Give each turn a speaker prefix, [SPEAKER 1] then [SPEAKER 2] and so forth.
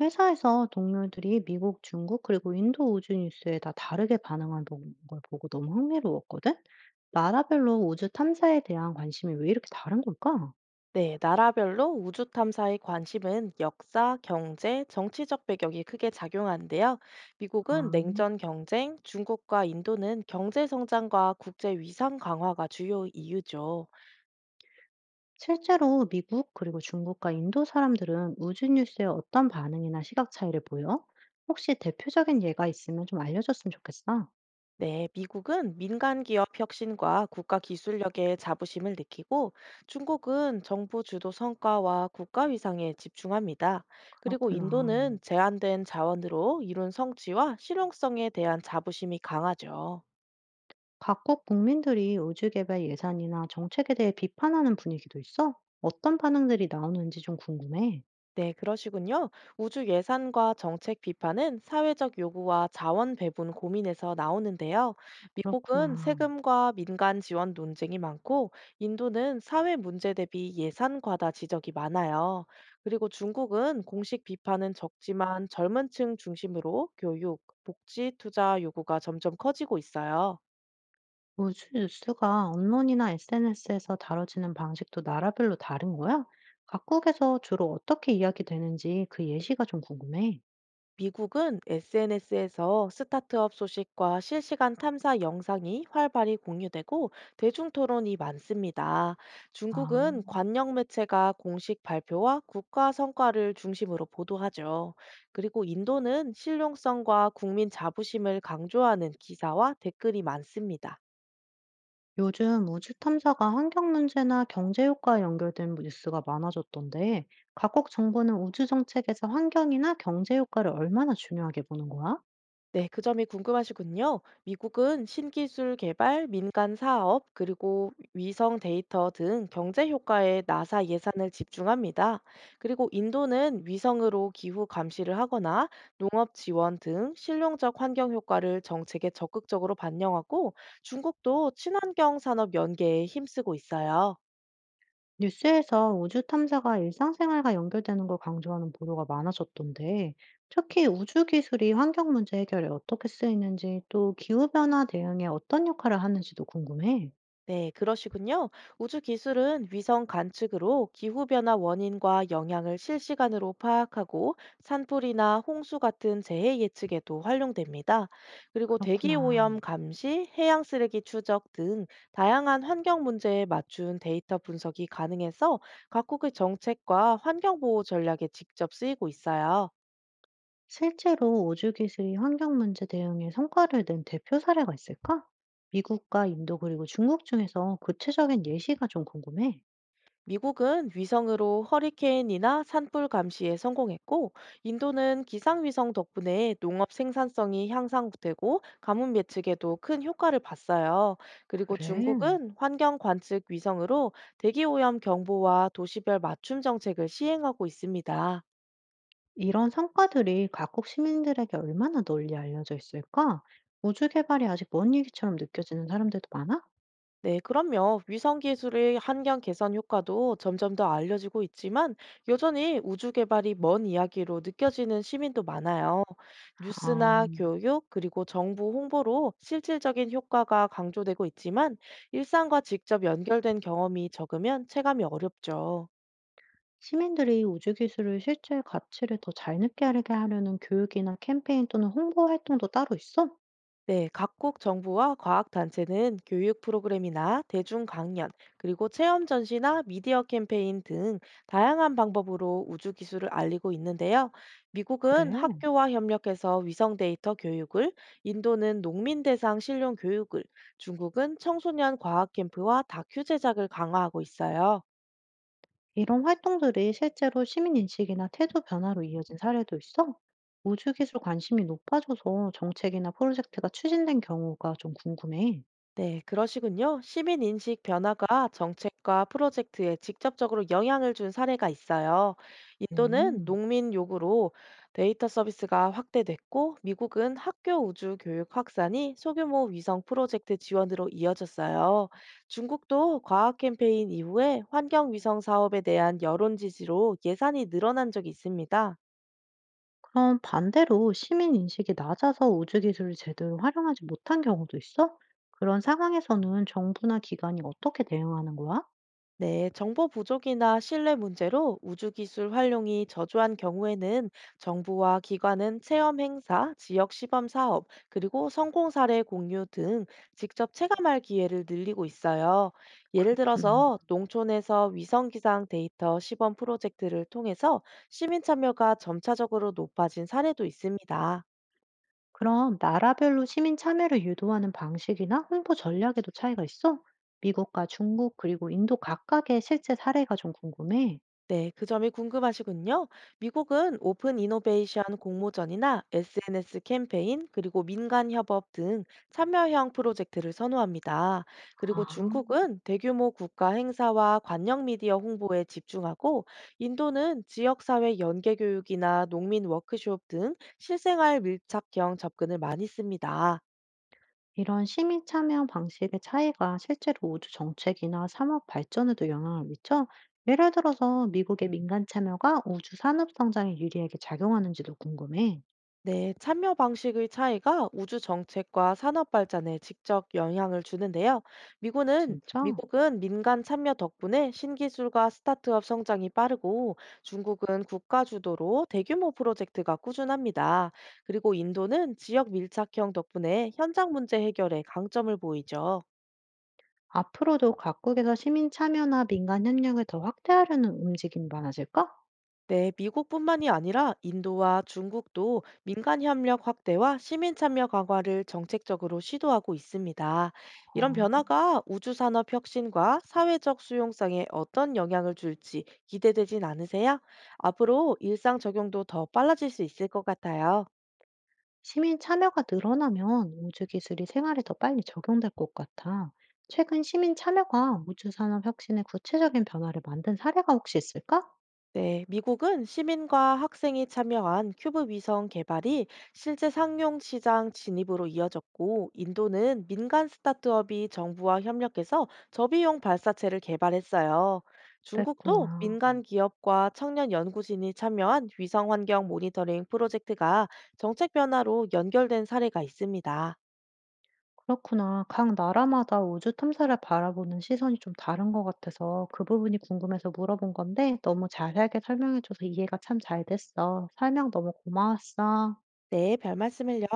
[SPEAKER 1] 회사에서 동료들이 미국, 중국, 그리고 인도 우주 뉴스에 다 다르게 반응하는 걸 보고 너무 흥미로웠거든? 나라별로 우주 탐사에 대한 관심이 왜 이렇게 다른 걸까?
[SPEAKER 2] 네, 나라별로 우주 탐사의 관심은 역사, 경제, 정치적 배경이 크게 작용하는데요.
[SPEAKER 1] 아,
[SPEAKER 2] 미국은 냉전 경쟁, 중국과 인도는 경제 성장과 국제 위상 강화가 주요 이유죠.
[SPEAKER 1] 실제로 미국, 그리고 중국과 인도 사람들은 우주 뉴스에 어떤 반응이나 시각 차이를 보여? 혹시 대표적인 예가 있으면 좀 알려줬으면 좋겠어.
[SPEAKER 2] 네, 미국은 민간 기업 혁신과 국가 기술력에 자부심을 느끼고 중국은 정부 주도 성과와 국가 위상에 집중합니다. 그리고
[SPEAKER 1] 그렇구나.
[SPEAKER 2] 인도는 제한된 자원으로 이룬 성취와 실용성에 대한 자부심이 강하죠.
[SPEAKER 1] 각국 국민들이 우주 개발 예산이나 정책에 대해 비판하는 분위기도 있어? 어떤 반응들이 나오는지 좀 궁금해.
[SPEAKER 2] 네, 그러시군요. 우주 예산과 정책 비판은 사회적 요구와 자원 배분 고민에서 나오는데요. 미국은
[SPEAKER 1] 그렇구나.
[SPEAKER 2] 세금과 민간 지원 논쟁이 많고, 인도는 사회 문제 대비 예산 과다 지적이 많아요. 그리고 중국은 공식 비판은 적지만 젊은 층 중심으로 교육, 복지 투자 요구가 점점 커지고 있어요.
[SPEAKER 1] 우주 뉴스가 언론이나 SNS에서 다뤄지는 방식도 나라별로 다른 거야? 각국에서 주로 어떻게 이야기되는지 그 예시가 좀 궁금해.
[SPEAKER 2] 미국은 SNS에서 스타트업 소식과 실시간 탐사 영상이 활발히 공유되고 대중 토론이 많습니다.
[SPEAKER 1] 아,
[SPEAKER 2] 중국은 관영 매체가 공식 발표와 국가 성과를 중심으로 보도하죠. 그리고 인도는 실용성과 국민 자부심을 강조하는 기사와 댓글이 많습니다.
[SPEAKER 1] 요즘 우주 탐사가 환경 문제나 경제 효과에 연결된 뉴스가 많아졌던데, 각국 정부는 우주 정책에서 환경이나 경제 효과를 얼마나 중요하게 보는 거야?
[SPEAKER 2] 네, 그 점이 궁금하시군요. 미국은 신기술 개발, 민간 사업, 그리고 위성 데이터 등 경제 효과에 나사 예산을 집중합니다. 그리고 인도는 위성으로 기후 감시를 하거나 농업 지원 등 실용적 환경 효과를 정책에 적극적으로 반영하고 중국도 친환경 산업 연계에 힘쓰고 있어요.
[SPEAKER 1] 뉴스에서 우주 탐사가 일상생활과 연결되는 걸 강조하는 보도가 많아졌던데, 특히 우주 기술이 환경 문제 해결에 어떻게 쓰이는지, 또 기후변화 대응에 어떤 역할을 하는지도 궁금해.
[SPEAKER 2] 네, 그러시군요. 우주 기술은 위성 관측으로 기후변화 원인과 영향을 실시간으로 파악하고 산불이나 홍수 같은 재해 예측에도 활용됩니다. 그리고 대기
[SPEAKER 1] 그렇구나.
[SPEAKER 2] 오염 감시, 해양 쓰레기 추적 등 다양한 환경 문제에 맞춘 데이터 분석이 가능해서 각국의 정책과 환경 보호 전략에 직접 쓰이고 있어요.
[SPEAKER 1] 실제로 우주 기술이 환경 문제 대응에 성과를 낸 대표 사례가 있을까? 미국과 인도 그리고 중국 중에서 구체적인 예시가 좀 궁금해.
[SPEAKER 2] 미국은 위성으로 허리케인이나 산불 감시에 성공했고, 인도는 기상위성 덕분에 농업 생산성이 향상되고 가뭄 예측에도 큰 효과를 봤어요. 그리고
[SPEAKER 1] 그래.
[SPEAKER 2] 중국은 환경 관측 위성으로 대기오염 경보와 도시별 맞춤 정책을 시행하고 있습니다.
[SPEAKER 1] 이런 성과들이 각국 시민들에게 얼마나 널리 알려져 있을까? 우주 개발이 아직 먼 얘기처럼 느껴지는 사람들도 많아?
[SPEAKER 2] 네, 그럼요. 위성 기술의 환경 개선 효과도 점점 더 알려지고 있지만 여전히 우주 개발이 먼 이야기로 느껴지는 시민도 많아요.
[SPEAKER 1] 아,
[SPEAKER 2] 뉴스나 교육, 그리고 정부 홍보로 실질적인 효과가 강조되고 있지만 일상과 직접 연결된 경험이 적으면 체감이 어렵죠.
[SPEAKER 1] 시민들이 우주 기술의 실제 가치를 더 잘 느끼게 하려는 교육이나 캠페인 또는 홍보 활동도 따로 있어?
[SPEAKER 2] 네, 각국 정부와 과학단체는 교육 프로그램이나 대중 강연, 그리고 체험 전시나 미디어 캠페인 등 다양한 방법으로 우주 기술을 알리고 있는데요.
[SPEAKER 1] 그래.
[SPEAKER 2] 미국은 학교와 협력해서 위성 데이터 교육을, 인도는 농민 대상 실용 교육을, 중국은 청소년 과학 캠프와 다큐 제작을 강화하고 있어요.
[SPEAKER 1] 이런 활동들이 실제로 시민 인식이나 태도 변화로 이어진 사례도 있어? 우주 기술 관심이 높아져서 정책이나 프로젝트가 추진된 경우가 좀 궁금해.
[SPEAKER 2] 네, 그러시군요. 시민 인식 변화가 정책과 프로젝트에 직접적으로 영향을 준 사례가 있어요. 인도는
[SPEAKER 1] 음.
[SPEAKER 2] 농민 요구로 데이터 서비스가 확대됐고, 미국은 학교 우주 교육 확산이 소규모 위성 프로젝트 지원으로 이어졌어요. 중국도 과학 캠페인 이후에 환경 위성 사업에 대한 여론 지지로 예산이 늘어난 적이 있습니다.
[SPEAKER 1] 그럼 반대로 시민 인식이 낮아서 우주기술을 제대로 활용하지 못한 경우도 있어? 그런 상황에서는 정부나 기관이 어떻게 대응하는 거야?
[SPEAKER 2] 네, 정보 부족이나 신뢰 문제로 우주기술 활용이 저조한 경우에는 정부와 기관은 체험 행사, 지역 시범 사업, 그리고 성공 사례 공유 등 직접 체감할 기회를 늘리고 있어요. 예를
[SPEAKER 1] 그렇구나.
[SPEAKER 2] 들어서 농촌에서 위성기상 데이터 시범 프로젝트를 통해서 시민 참여가 점차적으로 높아진 사례도 있습니다.
[SPEAKER 1] 그럼 나라별로 시민 참여를 유도하는 방식이나 홍보 전략에도 차이가 있어? 미국과 중국 그리고 인도 각각의 실제 사례가 좀 궁금해.
[SPEAKER 2] 네, 그 점이 궁금하시군요. 미국은 오픈 이노베이션 공모전이나 SNS 캠페인, 그리고 민간 협업 등 참여형 프로젝트를 선호합니다. 그리고
[SPEAKER 1] 아.
[SPEAKER 2] 중국은 대규모 국가 행사와 관영 미디어 홍보에 집중하고, 인도는 지역사회 연계 교육이나 농민 워크숍 등 실생활 밀착형 접근을 많이 씁니다.
[SPEAKER 1] 이런 시민 참여 방식의 차이가 실제로 우주 정책이나 산업 발전에도 영향을 미쳐, 예를 들어서 미국의 민간 참여가 우주 산업 성장에 유리하게 작용하는지도 궁금해.
[SPEAKER 2] 네, 참여 방식의 차이가 우주 정책과 산업 발전에 직접 영향을 주는데요. 미국은,
[SPEAKER 1] 진짜?
[SPEAKER 2] 미국은 민간 참여 덕분에 신기술과 스타트업 성장이 빠르고 중국은 국가 주도로 대규모 프로젝트가 꾸준합니다. 그리고 인도는 지역 밀착형 덕분에 현장 문제 해결에 강점을 보이죠.
[SPEAKER 1] 앞으로도 각국에서 시민 참여나 민간 협력을 더 확대하려는 움직임이 많아질까?
[SPEAKER 2] 네, 미국뿐만이 아니라 인도와 중국도 민간 협력 확대와 시민 참여 강화를 정책적으로 시도하고 있습니다. 이런
[SPEAKER 1] 어...
[SPEAKER 2] 변화가 우주 산업 혁신과 사회적 수용성에 어떤 영향을 줄지 기대되진 않으세요? 앞으로 일상 적용도 더 빨라질 수 있을 것 같아요.
[SPEAKER 1] 시민 참여가 늘어나면 우주 기술이 생활에 더 빨리 적용될 것 같아. 최근 시민 참여가 우주 산업 혁신의 구체적인 변화를 만든 사례가 혹시 있을까?
[SPEAKER 2] 네, 미국은 시민과 학생이 참여한 큐브 위성 개발이 실제 상용 시장 진입으로 이어졌고, 인도는 민간 스타트업이 정부와 협력해서 저비용 발사체를 개발했어요. 중국도
[SPEAKER 1] 그랬구나.
[SPEAKER 2] 민간 기업과 청년 연구진이 참여한 위성 환경 모니터링 프로젝트가 정책 변화로 연결된 사례가 있습니다.
[SPEAKER 1] 그렇구나. 각 나라마다 우주 탐사를 바라보는 시선이 좀 다른 것 같아서 그 부분이 궁금해서 물어본 건데 너무 자세하게 설명해줘서 이해가 참 잘 됐어. 설명 너무 고마웠어.
[SPEAKER 2] 네, 별 말씀을요.